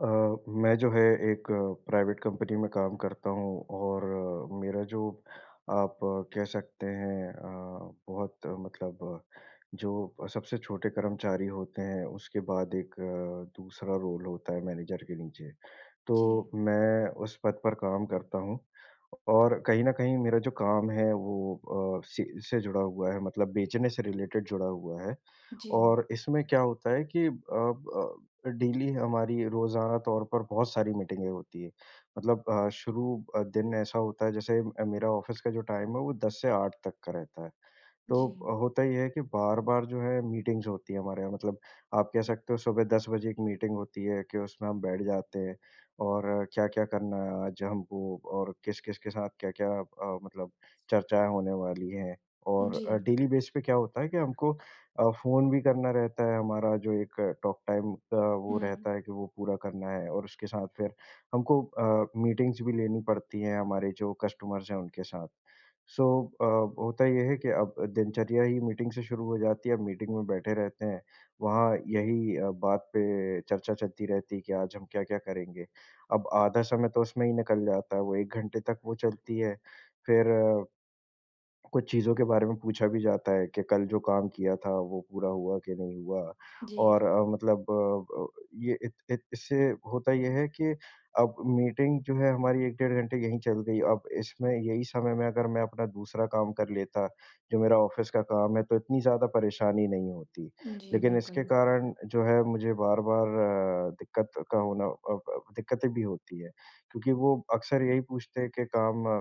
अ, मैं जो है एक प्राइवेट कंपनी में काम करता हूँ और मेरा जो आप कह सकते हैं बहुत मतलब जो सबसे छोटे कर्मचारी होते हैं उसके बाद एक दूसरा रोल होता है मैनेजर के नीचे। तो जी, मैं उस पद पर काम करता हूँ और कहीं न कहीं मेरा जो काम है वो से जुड़ा हुआ है मतलब बेचने से रिलेटेड जुड़ा हुआ है। जी, और इसमें क्या होता है कि अब डेली हमारी रोज़ाना तौर पर बहुत सारी मीटिंगें होती हैं। मतलब दिन ऐसा होता है जैसे मेरा ऑफ़िस का जो टाइम है वो 10 से 8 तक का रहता है। तो जी, होता ये है कि बार-बार जो है मीटिंग्स होती है हमारे यहाँ मतलब आप कह सकते हो सुबह 10 बजे एक मीटिंग होती है कि उसमें हम बैठ जाते हैं और क्या-क्या करना है आज हमको और किस-किस के साथ क्या-क्या मतलब चर्चाएँ होने वाली हैं। और जी, डेली बेस पे क्या होता है कि हमको फ़ोन भी करना रहता है हमारा जो एक टॉक टाइम का वो हुँ, रहता है कि वो पूरा करना है और उसके साथ फिर हमको मीटिंग्स भी लेनी पड़ती हैं हमारे जो कस्टमर्स हैं उनके साथ। सो अ, होता ये है कि अब दिनचर्या ही मीटिंग से शुरू हो जाती है, अब मीटिंग में बैठे रहते हैं। वहाँ यही बात पे चर्चा चलती रहती है कि आज हम क्या-क्या करेंगे। अब आधा समय तो उसमें ही निकल जाता है, वो 1 घंटे तक वो चलती है। फिर कुछ चीज़ों के बारे में पूछा भी जाता है कि कल जो काम किया था वो पूरा हुआ कि नहीं हुआ जी, और ये इत, इत, इससे होता ये है कि अब मीटिंग जो है हमारी एक डेढ़ घंटे यहीं चल गई अब इसमें यही समय में अगर मैं अपना दूसरा काम कर लेता जो मेरा ऑफिस का काम है तो इतनी ज़्यादा परेशानी नहीं होती जी, लेकिन इसके बिल्कुल। कारण जो है मुझे बार बार अ, दिक्कत का होना अ, अ, दिक्कतें भी होती है क्योंकि वो अक्सर यही पूछते हैं कि काम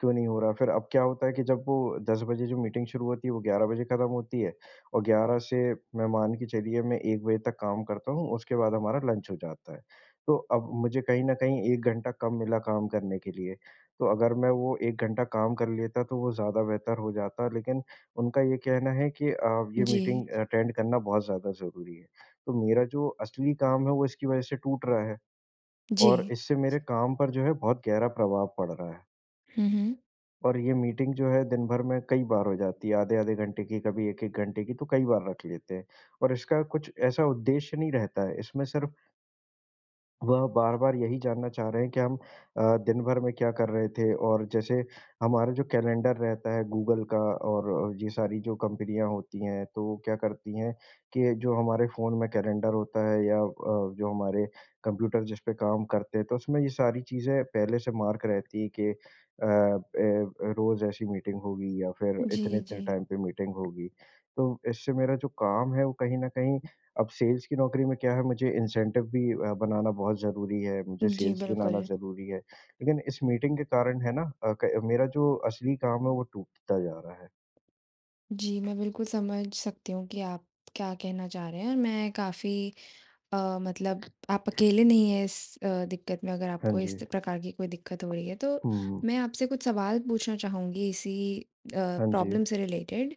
क्यों नहीं हो रहा? फिर अब क्या होता है कि जब वो 10 बजे जो मीटिंग शुरू होती है, वो 11 बजे खत्म होती है और 11 से मैं मान के चलिए मैं 1 बजे तक काम करता हूँ, उसके बाद हमारा लंच हो जाता है। तो अब मुझे कहीं न कहीं 1 घंटा कम मिला काम करने के लिए। तो अगर मैं वो 1 घंटा काम कर लेता तो वो ज़्यादा बेहतर हो जाता, लेकिन उनका ये कहना है कि ये जी, मीटिंग अटेंड करना बहुत ज़्यादा ज़रूरी है। तो मेरा जो असली काम है वो इसकी वजह से टूट रहा है जी। और इससे मेरे काम पर जो है बहुत गहरा प्रभाव पड़ रहा है। हुँ, हुँ। और ये मीटिंग जो है दिन भर में कई बार हो जाती है, आधे-आधे घंटे की, कभी 1-1 घंटे की, तो कई बार रख लेते हैं। और इसका कुछ ऐसा उद्देश्य नहीं रहता है, इसमें सिर्फ़ वह बार-बार यही जानना चाह रहे हैं कि हम दिन भर में क्या कर रहे थे और जैसे हमारा जो कैलेंडर रहता है गूगल का और ये सारी जो कंपनियाँ होती हैं, तो वो क्या करती हैं कि जो हमारे फ़ोन में कैलेंडर होता है या जो हमारे कंप्यूटर जिस पे काम करते हैं, तो उसमें ये सारी चीज़ें पहले से मार्क रहती है कि ए रोज़ ऐसी मीटिंग होगी या फिर जी, इतने-इतने जी, टाइम पे मीटिंग होगी। तो इससे मेरा जो काम है, वो कहीं न कहीं अब सेल्स की नौकरी में क्या है मुझे इंसेंटिव भी बनाना बहुत ज़रूरी है, मुझे जी, सेल्स भी बिल्कुल। बनाना ज़रूरी है। लेकिन इस मीटिंग के कारण है ना अ, क मेरा जो असली काम है वो टूटता जा रहा है। जी, मैं बिल्कुल समझ सकती हूँ कि आप क्या कहना चाह रहे हैं और मैं काफ़ी, मतलब आप अकेले नहीं हैं इस दिक्कत में, अगर हाँ आपको इस जी। प्रकार की कोई दिक्कत हो रही है। तो हुँ, हुँ। मैं आपसे कुछ सवाल पूछना चाहूँगी इसी अ, हाँ जी। प्रॉब्लम से रिलेटेड।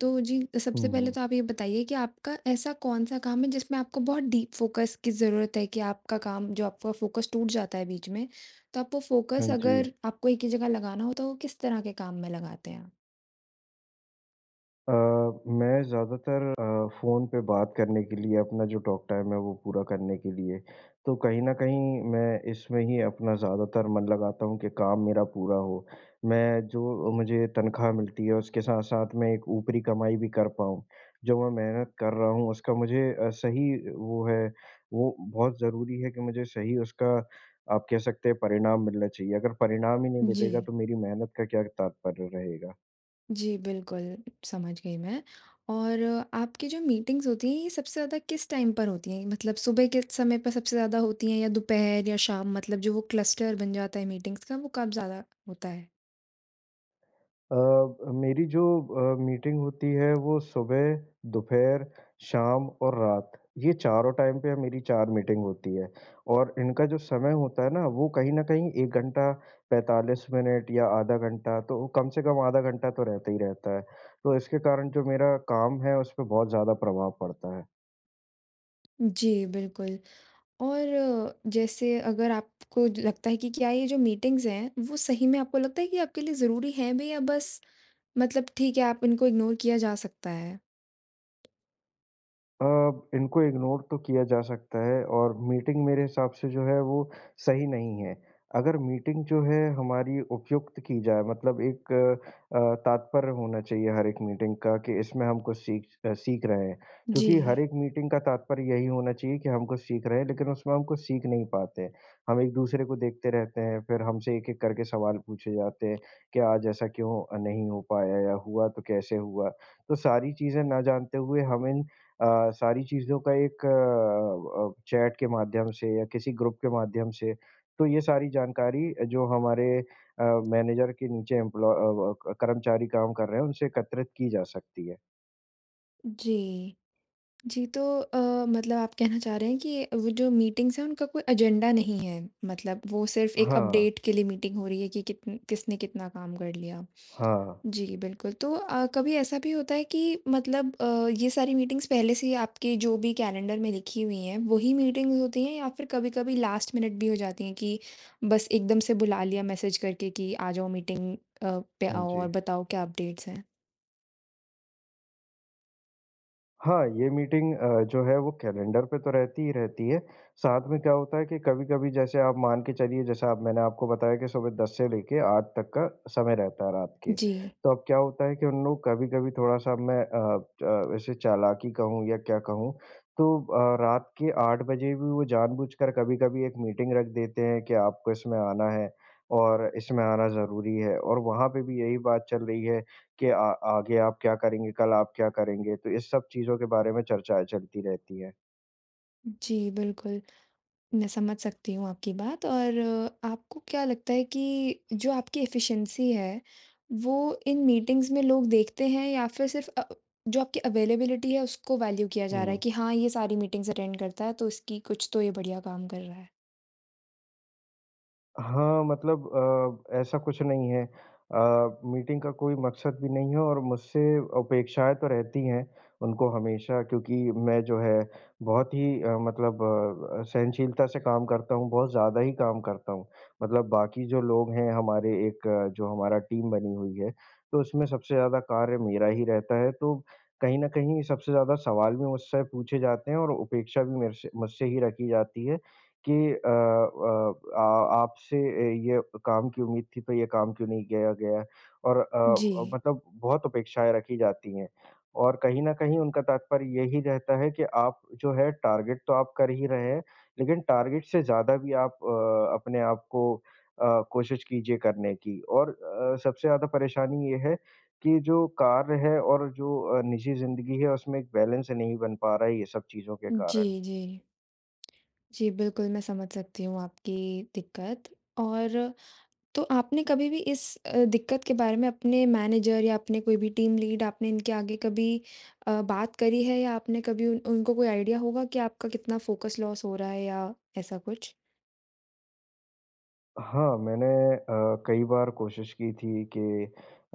तो जी, सबसे हुँ, पहले हुँ। तो आप ये बताइए कि आपका ऐसा कौन-सा काम है जिसमें आपको बहुत डीप फ़ोकस की ज़रूरत है, कि आपका काम, जो आपका फ़ोकस टूट जाता है बीच में, तो आप वो फ़ोकस हाँ जी। अगर आपको एक ही जगह लगाना हो तो वो किस तरह के काम में लगाते हैं आप? अ, मैं ज़्यादातर फ़ोन पे बात करने के लिए अपना जो टॉक टाइम है वो पूरा करने के लिए, तो कहीं न कहीं मैं इसमें ही अपना ज़्यादातर मन लगाता हूँ कि काम मेरा पूरा हो। मैं जो मुझे तनख़्वाह मिलती है उसके साथ-साथ मैं एक ऊपरी कमाई भी कर पाऊँ। जो मैं मेहनत कर रहा हूँ उसका मुझे सही वो है, वो बहुत ज़रूरी है कि मुझे सही उसका आप कह सकते हैं परिणाम मिलना चाहिए। अगर परिणाम ही नहीं जी। मिलेगा तो मेरी मेहनत का क्या तात्पर्य रहेगा? जी, बिल्कुल, समझ गई मैं। और आपकी जो मीटिंग्स होती हैं ये सबसे ज़्यादा किस टाइम पर होती हैं? मतलब सुबह के समय पर सबसे ज़्यादा होती हैं या दोपहर या शाम, मतलब जो वो क्लस्टर बन जाता है मीटिंग्स का वो कब ज़्यादा होता है? अ, मेरी जो मीटिंग होती है वो सुबह, दोपहर, शाम और रात, ये चारों टाइम पे मेरी 4 मीटिंग होती है और इनका जो समय होता है ना वो कहीं न कहीं 1 घंटा 45 मिनट या आधा घंटा तो कम से कम आधा घंटा तो रहता ही रहता है। तो इसके कारण जो मेरा काम है उस पे बहुत ज़्यादा प्रभाव पड़ता है। जी, बिल्कुल। और जैसे, अगर आपको लगता है कि क्या ये जो मीटिंग्स हैं, वो सही में आपको लगता है कि आपके लिए ज़रूरी हैं भी, या बस मतलब ठीक है, आप इनको इग्नोर किया जा सकता है? अ, इनको इग्नोर तो किया जा सकता है और मीटिंग मेरे हिसाब से जो है वो सही नहीं है। अगर मीटिंग जो है हमारी उपयुक्त की जाए मतलब एक तात्पर्य होना चाहिए हर एक मीटिंग का कि इसमें हम कुछ सीख रहे हैं। जी, क्योंकि हर एक मीटिंग का तात्पर्य यही होना चाहिए कि हम कुछ सीख रहे हैं लेकिन उसमें हम कुछ सीख नहीं पाते हैं। हम एक-दूसरे को देखते रहते हैं, फिर हमसे एक-एक करके सवाल पूछे जाते हैं कि आज ऐसा क्यों नहीं हो पाया या हुआ तो कैसे हुआ? तो सारी चीज़ें ना जानते हुए हम सारी चीज़ों का एक चैट के माध्यम से या किसी ग्रुप के माध्यम से, तो ये सारी जानकारी जो हमारे मैनेजर के नीचे व कर्मचारी काम कर रहे हैं, उनसे एकत्रित की जा सकती है। जी। जी, तो मतलब आप कहना चाह रहे हैं कि वो जो मीटिंग्स हैं उनका कोई एजेंडा नहीं है, मतलब वो सिर्फ़ एक हाँ, अपडेट के लिए मीटिंग हो रही है कि कितन किसने कितना काम कर लिया। हाँ। जी, बिल्कुल। तो कभी ऐसा भी होता है कि मतलब ये सारी मीटिंग्स पहले से ही आपके जो भी कैलेंडर में लिखी हुई हैं, वही मीटिंग्स होती हैं, या फिर कभी-कभी लास्ट मिनट भी हो जाती हैं कि बस एकदम से बुला लिया मैसेज करके कि आ जाओ मीटिंग पे, हाँ आओ और जी। बताओ क्या अपडेट्स हैं? हाँ, ये मीटिंग जो है वो कैलेंडर पे तो रहती ही रहती है। साथ में क्या होता है कि कभी-कभी जैसे आप मान के चलिए जैसे आप मैंने आपको बताया कि सुबह 10 से लेके 8 तक का समय रहता है रात के। जी। तो अब क्या होता है कि उन लोग कभी-कभी थोड़ा-सा मैं अ, च ऐसे चालाकी कहूँ या क्या कहूँ तो रात के 8 बजे भी वो जानबूझकर कभी-कभी एक मीटिंग रख देते हैं कि आपको इसमें आना है और इसमें आना ज़रूरी है और वहाँ पे भी यही बात चल रही है कि आ आगे आप क्या करेंगे, कल आप क्या करेंगे? तो इस सब चीज़ों के बारे में चर्चाएँ चलती रहती हैं। जी, बिल्कुल। मैं समझ सकती हूँ आपकी बात। और आपको क्या लगता है कि जो आपकी एफिशिएंसी है, वो इन मीटिंग्स में लोग देखते हैं, या फिर सिर्फ़ जो आपकी अवेलेबिलिटी है उसको वैल्यू किया जा रहा है हुँ। कि हाँ, ये सारी मीटिंग्स अटेंड करता है तो इसकी, कुछ तो ये बढ़िया काम कर रहा है? हाँ, मतलब ऐसा कुछ नहीं है। मीटिंग का कोई मकसद भी नहीं है और मुझसे अपेक्षाएँ तो रहती हैं उनको हमेशा क्योंकि मैं जो है बहुत ही सहनशीलता से काम करता हूँ, बहुत ज़्यादा ही काम करता हूँ। मतलब बाकी जो लोग हैं हमारे एक जो हमारा टीम बनी हुई है, तो उसमें सबसे ज़्यादा कार्य मेरा ही रहता है। तो कहीं न कहीं सबसे ज़्यादा सवाल भी मुझसे पूछे जाते हैं और उपेक्षा भी मेरे से मुझसे ही रखी जाती है। कि अ अ, आ आपसे ये काम की उम्मीद थी, तो ये काम क्यों नहीं किया गया? और जी। बहुत अपेक्षाएँ रखी जाती हैं और कहीं न कहीं उनका तात्पर्य यही रहता है कि आप जो है टारगेट तो आप कर ही रहे हैं, लेकिन टारगेट से ज़्यादा भी आप अपने आप को कोशिश कीजिए करने की। और सबसे ज़्यादा परेशानी ये है कि जो कार्य है और जो निजी ज़िंदगी है, उसमें एक बैलेंस नहीं बन पा रहा है ये सब चीज़ों के जी, कारण। जी। जी, बिल्कुल मैं समझ सकती हूँ आपकी दिक्कत। और तो आपने कभी भी इस दिक्कत के बारे में अपने मैनेजर या अपने कोई भी टीम लीड, आपने इनके आगे कभी बात करी है, या आपने कभी उनको कोई आइडिया होगा कि आपका कितना फोकस लॉस हो रहा है या ऐसा कुछ? हाँ, मैंने कई बार कोशिश की थी कि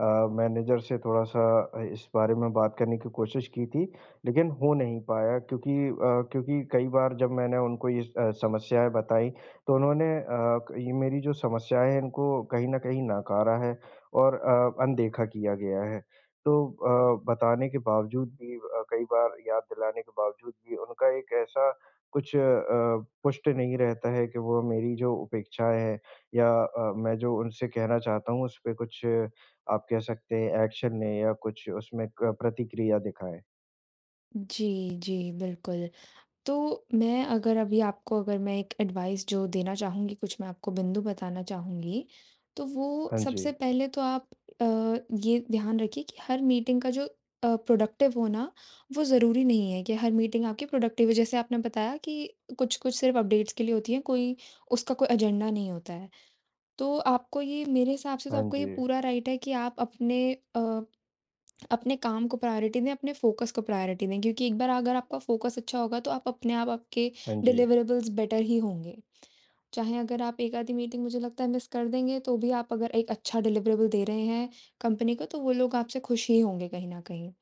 अ, मैनेजर से थोड़ा-सा इस बारे में बात करने की कोशिश की थी, लेकिन हो नहीं पाया क्योंकि कई बार जब मैंने उनको ये समस्याएँ बताई, तो उन्होंने अ, क ये मेरी जो समस्याएँ हैं, इनको कहीं न कहीं नकारा है और अनदेखा किया गया है। तो बताने के बावजूद भी कई बार याद दिलाने के बावजूद भी उनका एक ऐसा कुछ पुष्ट नहीं रहता है कि वो मेरी जो अपेक्षाएँ हैं, या मैं जो उनसे कहना चाहता हूँ, उसपे कुछ आप कह सकते हैं एक्शन लें या कुछ उसमें क प्रतिक्रिया दिखाएँ। जी, जी, बिल्कुल। तो मैं, अगर अभी आपको अगर मैं एक एडवाइस जो देना चाहूँगी, कुछ मैं आपको बिंदु बताना चाहूँगी, तो वो हाँ जी, सबसे पहले तो आप अ, ये ध्यान रखिए कि हर मीटिंग का जो प्रोडक्टिव होना, वो ज़रूरी नहीं है कि हर मीटिंग आपकी प्रोडक्टिव है। जैसे आपने बताया कि कुछ-कुछ सिर्फ़ अपडेट्स के लिए होती हैं, कोई उसका कोई एजेंडा नहीं होता है। तो आपको, ये मेरे हिसाब से तो हाँ आपको ये जी, पूरा राइट है कि आप अ अपने काम को प्रायोरिटी दें, अपने फ़ोकस को प्रायोरिटी दें, क्योंकि एक बार अगर आपका फ़ोकस अच्छा होगा तो आप अपने आप, आपके हाँ जी, डिलिवरेबल्स बेटर ही होंगे। चाहे अगर आप एक आधी मीटिंग, मुझे लगता है, मिस कर देंगे तो भी आप अगर एक अच्छा डिलिवरेबल दे रहे हैं कंपनी को, तो वो लोग आपसे खुश ही होंगे कहीं न कहीं।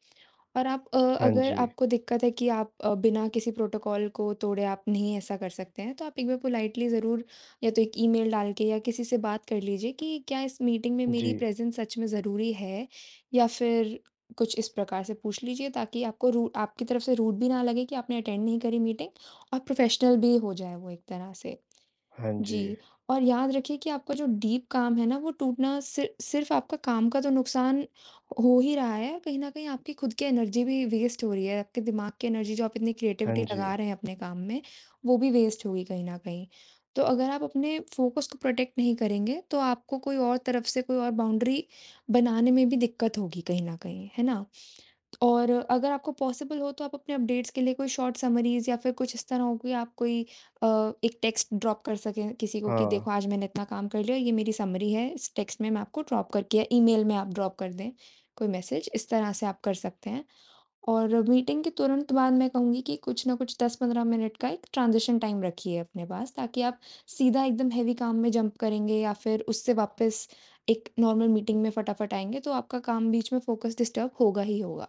और आप, हाँ अगर जी, आपको दिक्कत है कि आप बिना किसी प्रोटोकॉल को तोड़े आप नहीं ऐसा कर सकते हैं, तो आप एक बार पोलाइटली ज़रूर, या तो एक ईमेल डाल के या किसी से बात कर लीजिए कि क्या इस मीटिंग में जी, मेरी प्रेज़ेंस सच में ज़रूरी है? या फिर कुछ इस प्रकार से पूछ लीजिए ताकि आपको, रू आपकी तरफ से रूड भी ना लगे कि आपने अटेंड नहीं करी मीटिंग, और प्रोफेशनल भी हो जाए वो एक तरह से। हाँ जी, जी, और याद रखिए कि आपका जो डीप काम है ना, वो टूटना सिर्फ़ आपका काम का तो नुकसान हो ही रहा है, कहीं न कहीं आपकी खुद की एनर्जी भी वेस्ट हो रही है, आपके दिमाग की एनर्जी जो आप इतनी हाँ क्रिएटिविटी जी, लगा रहे हैं अपने काम में, वो भी वेस्ट होगी कहीं न कहीं। तो अगर आप अपने फ़ोकस को प्रोटेक्ट नहीं करेंगे, तो आपको कोई और तरफ से कोई और बाउंड्री बनाने में भी दिक्कत होगी कहीं न कहीं, है ना? और अगर आपको पॉसिबल हो तो आप अपने अपडेट्स के लिए कोई शॉर्ट समरीज़, या फिर कुछ इस तरह हो कि आप कोई अ, एक टेक्स्ट ड्रॉप कर सकें किसी को कि हाँ, देखो आज मैंने इतना काम कर लिया, ये मेरी समरी है, इस टेक्स्ट में मैं आपको ड्रॉप करके या ईमेल में आप ड्रॉप कर दें, कोई मैसेज इस तरह से आप कर सकते हैं। और मीटिंग के तुरंत बाद मैं कहूँगी कि कुछ ना कुछ 10-15 मिनट का एक ट्रांज़िशन टाइम रखिए अपने पास, ताकि आप सीधा एकदम हेवी काम में जंप करेंगे, या फिर उससे वापस एक नॉर्मल मीटिंग में फटाफट आएँगे, तो आपका काम बीच में फ़ोकस डिस्टर्ब होगा ही होगा।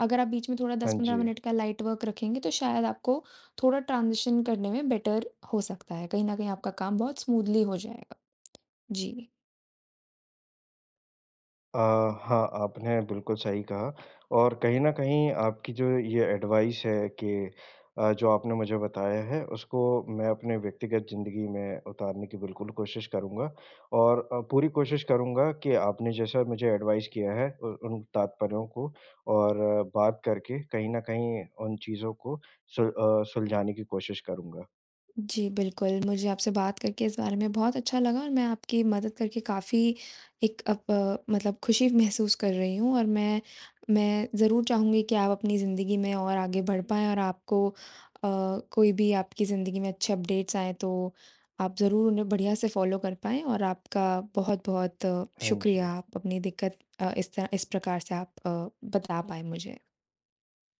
अगर आप बीच में थोड़ा हाँ 10-15 जी। मिनट का लाइट वर्क रखेंगे तो शायद आपको थोड़ा ट्रांज़िशन करने में बेटर हो सकता है। कहीं न कहीं आपका काम बहुत स्मूथली हो जाएगा। जी। अ, हाँ, आपने बिल्कुल सही कहा और कहीं न कहीं आपकी जो ये एडवाइस है कि जो आपने मुझे बताया है उसको मैं अपने व्यक्तिगत ज़िंदगी में उतारने की बिल्कुल कोशिश करूँगा और पूरी कोशिश करूँगा कि आपने जैसा मुझे एडवाइस किया है उ उन तात्पर्यों को और बात करके कहीं न कहीं उन चीज़ों को सुलझाने की कोशिश करूँगा। जी, बिल्कुल, मुझे आपसे बात करके इस बारे में बहुत अच्छा लगा, और मैं आपकी मदद करके काफ़ी, एक अब मतलब, खुशी महसूस कर रही हूँ, और मैं ज़रूर चाहूँगी कि आप अपनी ज़िंदगी में और आगे बढ़ पाएँ, और आपको कोई भी आपकी ज़िंदगी में अच्छे अपडेट्स आएँ तो आप ज़रूर उन्हें बढ़िया से फ़ॉलो कर पाएँ। और आपका बहुत-बहुत हाँ शुक्रिया, जी। आप अपनी दिक्कत इस प्रकार से आप बता पाए मुझे।